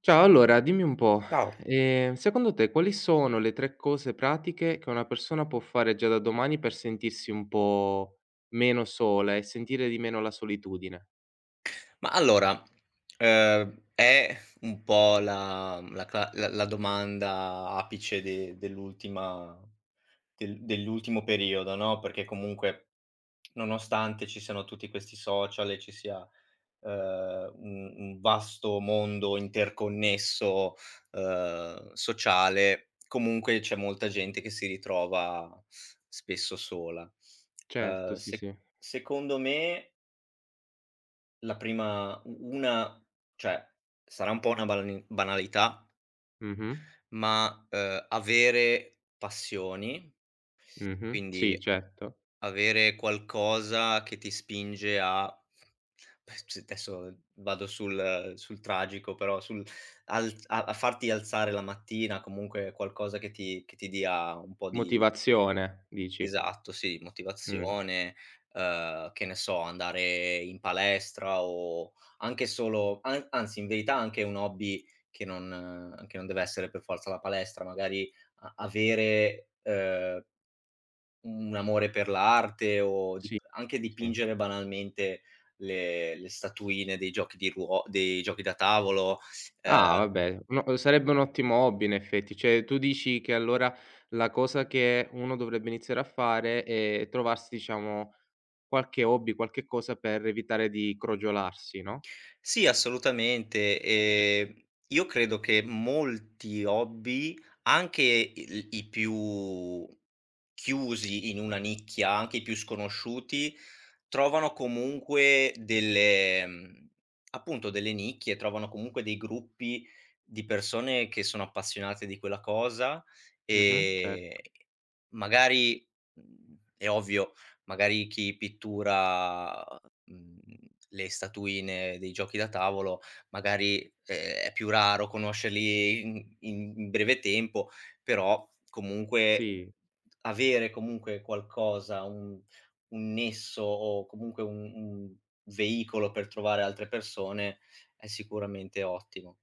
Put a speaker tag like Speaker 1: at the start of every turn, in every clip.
Speaker 1: Ciao, allora dimmi un po',
Speaker 2: Ciao.
Speaker 1: secondo te quali sono le 3 cose pratiche che una persona può fare già da domani per sentirsi un po' meno sola e sentire di meno la solitudine?
Speaker 2: Ma allora, è un po' la la cla la la domanda apice de dell'ultima del dell'ultimo periodo, no, perché comunque nonostante ci siano tutti questi social e ci sia, un vasto mondo interconnesso, sociale. Comunque c'è molta gente che si ritrova spesso sola.
Speaker 1: Certo, sì,
Speaker 2: Se
Speaker 1: sì.
Speaker 2: Secondo me, la prima u una, cioè, sarà un po' una balani banalità,
Speaker 1: Mh-mh.
Speaker 2: ma, avere passioni.
Speaker 1: Mh-mh.
Speaker 2: Quindi
Speaker 1: Sì, certo.
Speaker 2: avere qualcosa che ti spinge a s adesso vado sul tragico, però sul al a a farti alzare la mattina, comunque qualcosa che ti dia un po' di...
Speaker 1: Motivazione dici?
Speaker 2: Esatto, sì,
Speaker 1: Mh.
Speaker 2: motivazione, che ne so, andare in palestra o anche solo an anzi in verità anche un hobby, che non deve essere per forza la palestra, magari a avere, un amore per l'arte, o dip
Speaker 1: Sì,
Speaker 2: anche
Speaker 1: sì, sì.
Speaker 2: dipingere banalmente le statuine dei giochi di ruo dei giochi da tavolo.
Speaker 1: Ah,
Speaker 2: uhm
Speaker 1: vabbè, no sarebbe un ottimo hobby in effetti, cioè tu dici che allora la cosa che uno dovrebbe iniziare a fare è trovarsi diciamo qualche hobby, qualche cosa per evitare di crogiolarsi, no?
Speaker 2: Sì, assolutamente. Io credo che molti hobby, anche il i più chiusi in una nicchia, anche i più sconosciuti, trovano comunque delle appunto delle nicchie, trovano comunque dei gruppi di persone che sono appassionate di quella cosa.
Speaker 1: Mh-mh, cer
Speaker 2: ehm, Magari, è ovvio. Magari chi pittura, mhmm, le statuine dei giochi da tavolo, magari, è più raro conoscerli in breve tempo, però comunque
Speaker 1: sì.
Speaker 2: avere comunque qualcosa, un nesso, o comunque un veicolo per trovare altre persone, è sicuramente ottimo.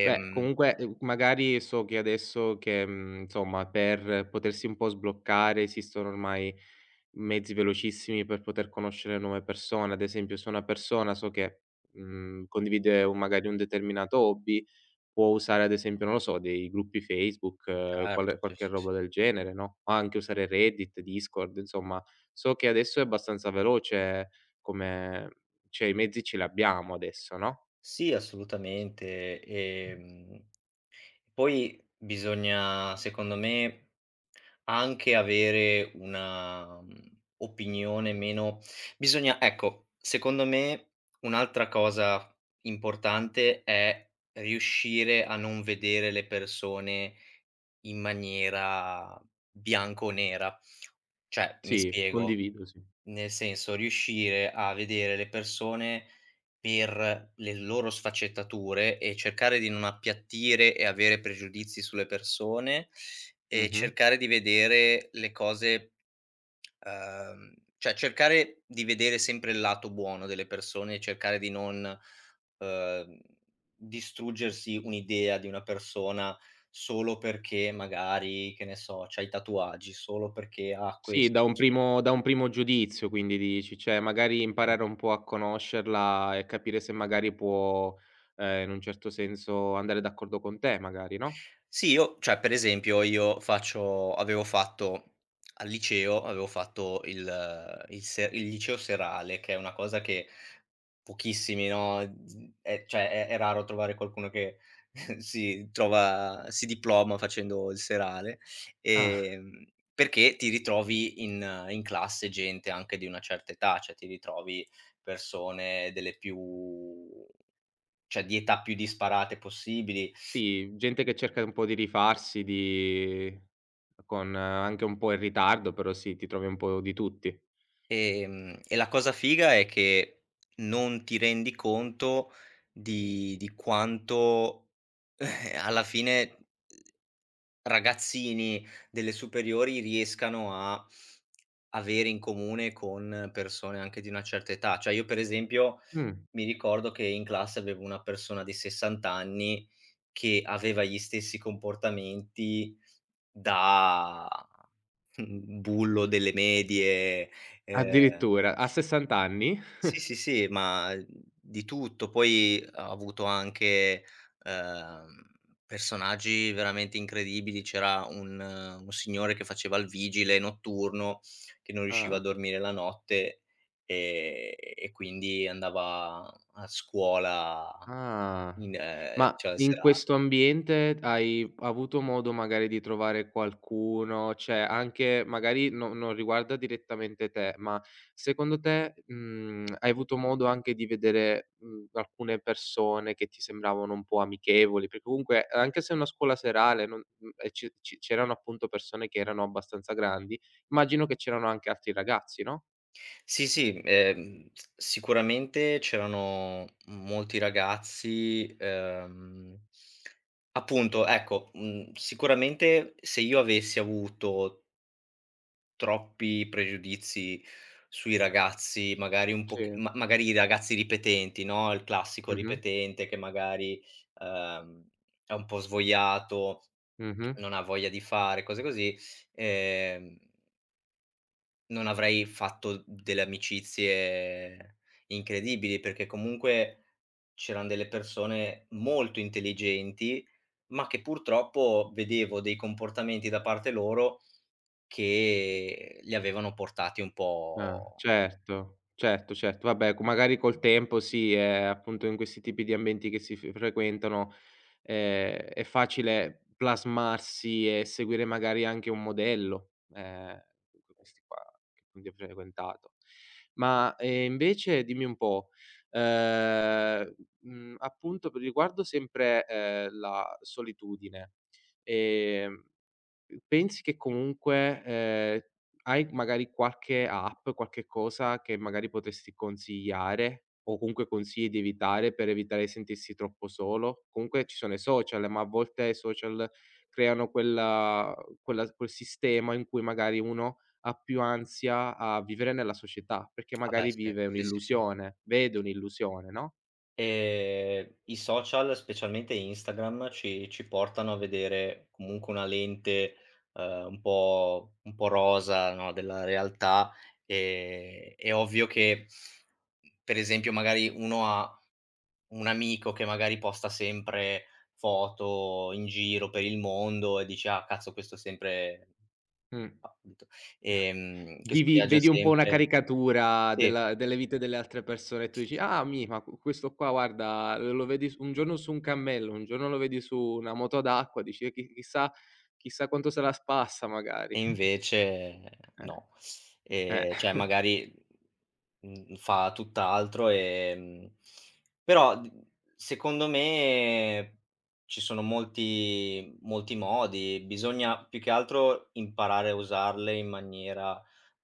Speaker 1: Beh, comunque, magari so che adesso che, insomma, per potersi un po' sbloccare esistono ormai mezzi velocissimi per poter conoscere nuove persone. Ad esempio, se una persona so che, condivide un magari un determinato hobby può usare ad esempio, non lo so, dei gruppi Facebook,
Speaker 2: Certo, sì,
Speaker 1: qualche
Speaker 2: sì, sì.
Speaker 1: roba del genere, no, o anche usare Reddit, Discord, insomma. So che adesso è abbastanza veloce come cioè i mezzi ce li abbiamo adesso, no?
Speaker 2: Sì, assolutamente. Poi bisogna, secondo me, anche avere una, opinione meno... Bisogna, ecco, secondo me un'altra cosa importante è riuscire a non vedere le persone in maniera bianco o nera. Cioè, mi
Speaker 1: Sì,
Speaker 2: spiego:
Speaker 1: condivido, sì.
Speaker 2: nel senso, riuscire a vedere le persone per le loro sfaccettature, e cercare di non appiattire e avere pregiudizi sulle persone, e
Speaker 1: Mh-mh.
Speaker 2: cercare di vedere le cose, cioè cercare di vedere sempre il lato buono delle persone, e cercare di non, uhm, distruggersi un'idea di una persona solo perché magari, che ne so, c'ha i tatuaggi, solo perché ha
Speaker 1: Sì, da
Speaker 2: questo,
Speaker 1: un
Speaker 2: solo...
Speaker 1: primo da un primo giudizio quindi dici, cioè magari imparare un po' a conoscerla e capire se magari può, in un certo senso andare d'accordo con te magari, no?
Speaker 2: Sì, io, cioè per esempio, io faccio avevo fatto al liceo, avevo fatto il se il liceo serale, che è una cosa che pochissimi, no, z è, cioè è raro trovare qualcuno che si trova si diploma facendo il serale.
Speaker 1: Ah.
Speaker 2: ehm, Perché ti ritrovi in classe gente anche di una certa età, cioè ti ritrovi persone delle più, cioè di età più disparate possibili.
Speaker 1: Sì, gente che cerca un po' di rifarsi, di con anche un po' in ritardo, però sì, ti trovi un po' di tutti.
Speaker 2: E la cosa figa è che non ti rendi conto di quanto, alla fine, ragazzini delle superiori riescano a avere in comune con persone anche di una certa età. Cioè, io per esempio
Speaker 1: Mh,
Speaker 2: mi ricordo che in classe avevo una persona di 60 anni che aveva gli stessi comportamenti da bullo delle medie. ehm
Speaker 1: addirittura a 60 anni?
Speaker 2: sì, sì, sì, ma, di tutto. Poi ha avuto anche, ehm, personaggi veramente incredibili. C'era un signore che faceva il vigile notturno, che non riusciva a
Speaker 1: Ah.
Speaker 2: dormire la notte, e quindi andava a scuola
Speaker 1: Ah.
Speaker 2: in,
Speaker 1: Ma
Speaker 2: cioè la
Speaker 1: in
Speaker 2: sera.
Speaker 1: questo ambiente hai avuto modo magari di trovare qualcuno, cioè anche magari no non riguarda direttamente te, ma secondo te, hai avuto modo anche di vedere, alcune persone che ti sembravano un po' amichevoli? Perché comunque anche se è una scuola serale non e ci c'erano appunto persone che erano abbastanza grandi, immagino che c'erano anche altri ragazzi, no?
Speaker 2: Sì, sì, s sicuramente c'erano molti ragazzi. Appunto, ecco, sicuramente se io avessi avuto troppi pregiudizi sui ragazzi, magari un pochi,
Speaker 1: Sì.
Speaker 2: ma magari i ragazzi ripetenti, no, il classico
Speaker 1: Mh-mh.
Speaker 2: ripetente che magari, ehm, è un po' svogliato,
Speaker 1: Mh-mh.
Speaker 2: non ha voglia di fare, cose così, ehm non avrei fatto delle amicizie incredibili, perché comunque c'eran delle persone molto intelligenti, ma che purtroppo vedevo dei comportamenti da parte loro che li avevano portati un
Speaker 1: Ah,
Speaker 2: po'...
Speaker 1: certo, certo, certo. Vabbè, co magari col tempo sì, appunto in questi tipi di ambienti che si f frequentano, è facile plasmarsi e seguire magari anche un modello, comunque questi qua che quindi hai frequentato. Ma, invece dimmi un po', ehm, appunto per riguardo sempre, la solitudine. ehm Pensi che comunque, hai magari qualche app, qualche cosa che magari potresti consigliare o comunque consigli di evitare per evitare di sentirsi troppo solo? Comunque ci sono i social, ma a volte i social creano quel sistema in cui magari uno ha più ansia a vivere nella società, perché
Speaker 2: Ah, beh,
Speaker 1: magari
Speaker 2: sì,
Speaker 1: vive
Speaker 2: sì, sì, sì.
Speaker 1: un'illusione, vede un'illusione, no?
Speaker 2: I social, specialmente Instagram, ci portano a vedere comunque una lente, un po' rosa, no, della realtà. È ovvio che, per esempio, magari uno ha un amico che magari posta sempre foto in giro per il mondo e dice: "Ah, cazzo, questo sempre".
Speaker 1: Mh.
Speaker 2: Appunto, questo
Speaker 1: Vivi
Speaker 2: viaggia
Speaker 1: vedi un po' una
Speaker 2: sempre,
Speaker 1: caricatura
Speaker 2: sì.
Speaker 1: della delle vite delle altre persone e tu dici: "Ah ma q questo qua guarda, lo vedi su un giorno su un cammello, un giorno lo vedi su una moto d'acqua", dici: chissà quanto se la spassa
Speaker 2: E
Speaker 1: magari".
Speaker 2: invece
Speaker 1: Eh,
Speaker 2: no.
Speaker 1: eh.
Speaker 2: Cioè magari, fa tutt'altro, però d secondo me ci sono molti molti modi, bisogna più che altro imparare a usarle in maniera,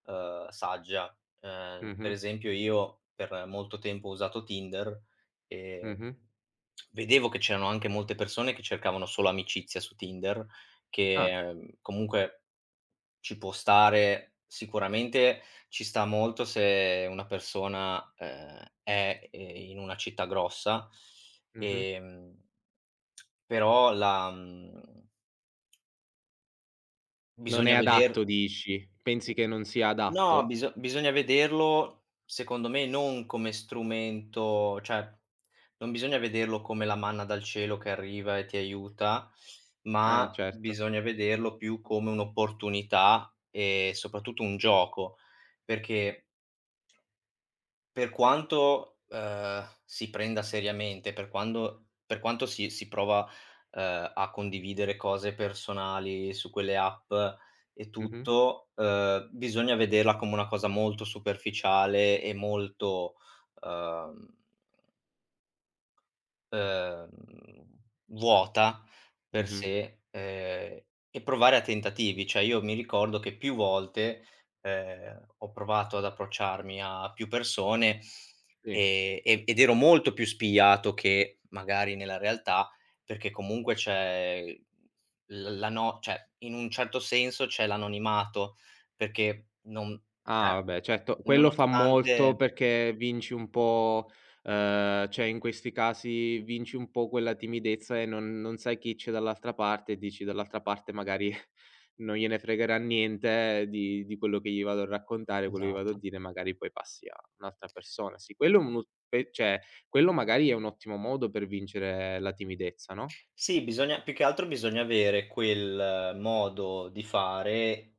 Speaker 2: saggia. Per
Speaker 1: Mh-mh,
Speaker 2: esempio, io per molto tempo ho usato Tinder. ehm,
Speaker 1: mh-mh.
Speaker 2: vedevo che c'erano anche molte persone che cercavano solo amicizia su Tinder, che,
Speaker 1: Ah,
Speaker 2: comunque ci può stare, sicuramente ci sta molto se una persona, è, in una città grossa,
Speaker 1: mh-mh.
Speaker 2: ehm, però la,
Speaker 1: Non è
Speaker 2: bisogna veder...
Speaker 1: adatto dici? Pensi che non sia
Speaker 2: No,
Speaker 1: adatto?
Speaker 2: bisogna vederlo, secondo me, non come strumento, cioè, non bisogna vederlo come la manna dal cielo che arriva e ti aiuta,
Speaker 1: Eh
Speaker 2: ma
Speaker 1: certo.
Speaker 2: bisogna vederlo più come un'opportunità e soprattutto un gioco, perché per quanto, si prenda seriamente, per quanto si prova, a condividere cose personali su quelle app e
Speaker 1: Mh-mh,
Speaker 2: tutto, bisogna vederla come una cosa molto superficiale e molto, ehm Ehm, vuota per
Speaker 1: mh-mh,
Speaker 2: sé, e provare a tentativi. Cioè, io mi ricordo che più volte, ho provato ad approcciarmi a più persone,
Speaker 1: sì.
Speaker 2: ed ero molto più spigliato che magari nella realtà, perché comunque c'è l la no, cioè, in un certo senso c'è l'anonimato, perché non, cioè,
Speaker 1: Ah, vabbè, certo, quello fa
Speaker 2: nonostante
Speaker 1: molto perché vinci un po' cioè in questi casi vinci un po' quella timidezza e non sai chi c'è dall'altra parte e dici: "Dall'altra parte magari non gliene fregherà niente di quello che gli vado a raccontare, quello che vado a
Speaker 2: esatto.
Speaker 1: dire", magari poi passi a un'altra persona. Sì, quello è un u pe cioè quello magari è un ottimo modo per vincere la timidezza, no?
Speaker 2: Sì, bisogna più che altro bisogna avere quel, modo di fare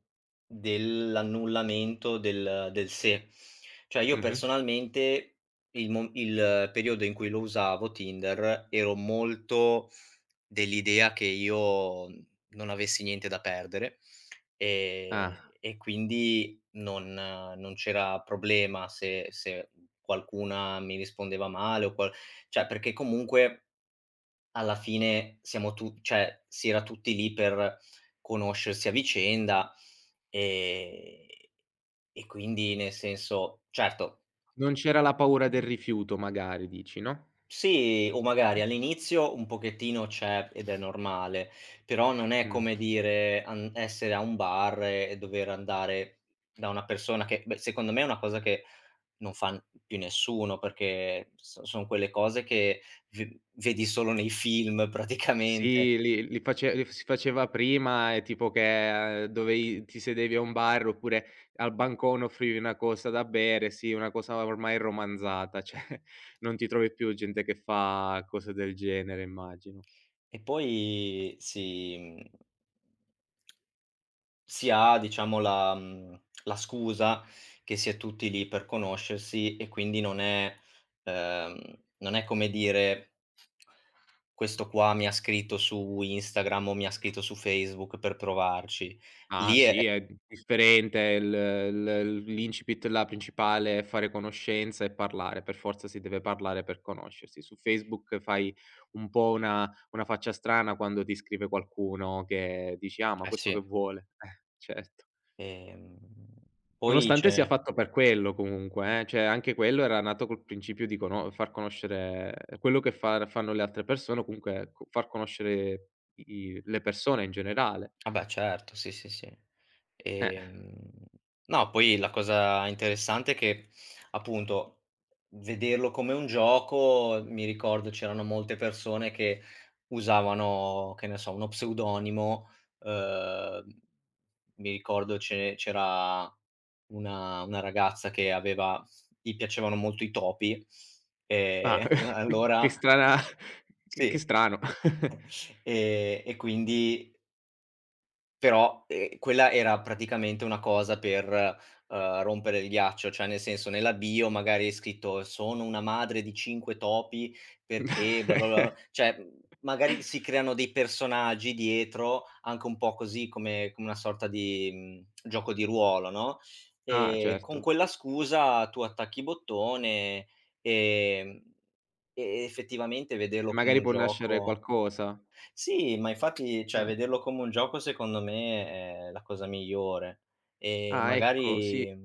Speaker 2: dell'annullamento del "se". Cioè, io
Speaker 1: Mh-mh.
Speaker 2: personalmente, il periodo in cui lo usavo Tinder, ero molto dell'idea che io non avessi niente da perdere,
Speaker 1: Ah,
Speaker 2: e quindi non c'era problema se qualcuna mi rispondeva male o qual cioè perché comunque alla fine siamo tu cioè si era tutti lì per conoscersi a vicenda, ehm, e quindi nel senso certo,
Speaker 1: non c'era la paura del rifiuto magari dici, no?
Speaker 2: sì, o magari all'inizio un pochettino c'è ed è normale, però non è
Speaker 1: Mh.
Speaker 2: come dire an essere a un bar e dover andare da una persona, che beh, secondo me è una cosa che non fa n più nessuno, perché son quelle cose che v vedi solo nei film praticamente.
Speaker 1: Sì, li li face li si faceva prima e tipo che dovevi ti sedevi a un bar oppure al bancone offrivi una cosa da bere, sì, una cosa ormai romanzata, cioè non ti trovi più gente che fa cose del genere immagino.
Speaker 2: E poi si ha, diciamo, la scusa che si è tutti lì per conoscersi, e quindi non è come dire questo qua mi ha scritto su Instagram o mi ha scritto su Facebook per provarci.
Speaker 1: Ah
Speaker 2: Lì è...
Speaker 1: sì, è d differente il l l'incipit là principale è fare conoscenza e parlare, per forza si deve parlare per conoscersi. Su Facebook fai un po' una faccia strana quando ti scrive qualcuno che dici: "Ah, ma
Speaker 2: Eh,
Speaker 1: questo
Speaker 2: sì.
Speaker 1: che vuole?" Certo.
Speaker 2: ehm, Poi
Speaker 1: Nonostante sia
Speaker 2: c'è...
Speaker 1: fatto per quello comunque cioè anche quello era nato col principio di cono far conoscere quello che fa fanno le altre persone o comunque co far conoscere i le persone in generale.
Speaker 2: Ah, beh, certo, sì, sì, sì.
Speaker 1: Eh.
Speaker 2: Ehm, no, poi la cosa interessante è che, appunto, vederlo come un gioco. Mi ricordo c'erano molte persone che usavano, che ne so, uno pseudonimo. uhm, Mi ricordo ce c'era una ragazza che aveva, gli piacevano molto i topi,
Speaker 1: Ah,
Speaker 2: ehm,
Speaker 1: che
Speaker 2: allora
Speaker 1: strana che
Speaker 2: sì,
Speaker 1: che strano.
Speaker 2: e quindi però, quella era praticamente una cosa per, rompere il ghiaccio. Cioè nel senso, nella bio magari è scritto: "Sono una madre di 5 topi perché bla bla bla", cioè, magari si creano dei personaggi dietro, anche un po' così, come una sorta di, gioco di ruolo, no,
Speaker 1: Ah,
Speaker 2: con
Speaker 1: certo.
Speaker 2: quella scusa tu attacchi i bottone, ehm, e effettivamente vederlo come
Speaker 1: Magari
Speaker 2: un
Speaker 1: può nascere
Speaker 2: gioco...
Speaker 1: qualcosa.
Speaker 2: Sì, ma infatti, cioè
Speaker 1: Eh.
Speaker 2: vederlo come un gioco secondo me è la cosa migliore. E
Speaker 1: Ah, ecco, sì,
Speaker 2: magari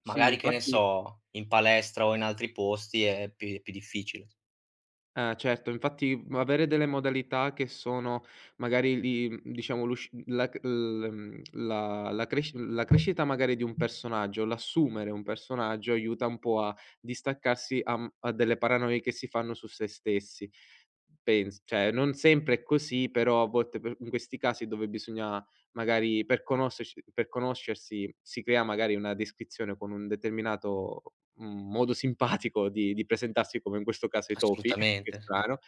Speaker 1: sì,
Speaker 2: che ne
Speaker 1: infatti.
Speaker 2: so, in palestra o in altri posti è più difficile.
Speaker 1: Eh certo, infatti, avere delle modalità che sono magari diciamo l'usc la c l mhmm, la la cresc la crescita magari di un personaggio, l'assumere un personaggio aiuta un po' a distaccarsi a delle paranoie che si fanno su se stessi. Pens cioè non sempre è così, però a volte per in questi casi dove bisogna magari per conoscersi si crea magari una descrizione con un determinato, modo simpatico di presentarsi, come in questo caso i topi che
Speaker 2: Assolutamente.
Speaker 1: strano,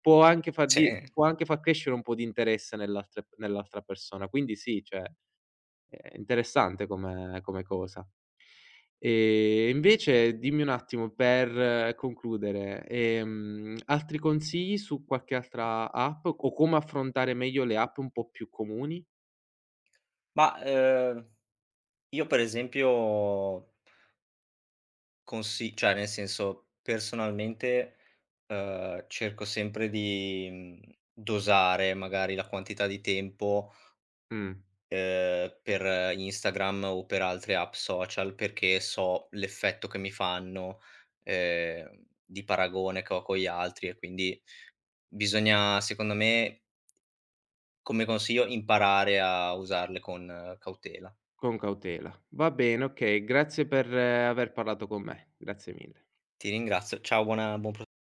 Speaker 1: può anche far
Speaker 2: Sì.
Speaker 1: di può anche far crescere un po' di interesse nell'altra persona. Quindi sì, cioè, è interessante come cosa. E invece dimmi un attimo per concludere, altri consigli su qualche altra app o come affrontare meglio le app un po' più comuni?
Speaker 2: Ma, io per esempio consi cioè nel senso, personalmente, cerco sempre di, dosare magari la quantità di tempo,
Speaker 1: Mh,
Speaker 2: per Instagram o per altre app social, perché so l'effetto che mi fanno, di paragone che ho con gli altri, e quindi bisogna, secondo me, come consiglio, imparare a usarle con, cautela.
Speaker 1: con cautela. Va bene, okay, grazie per aver parlato con me. Grazie mille.
Speaker 2: Ti ringrazio. Ciao, buon pro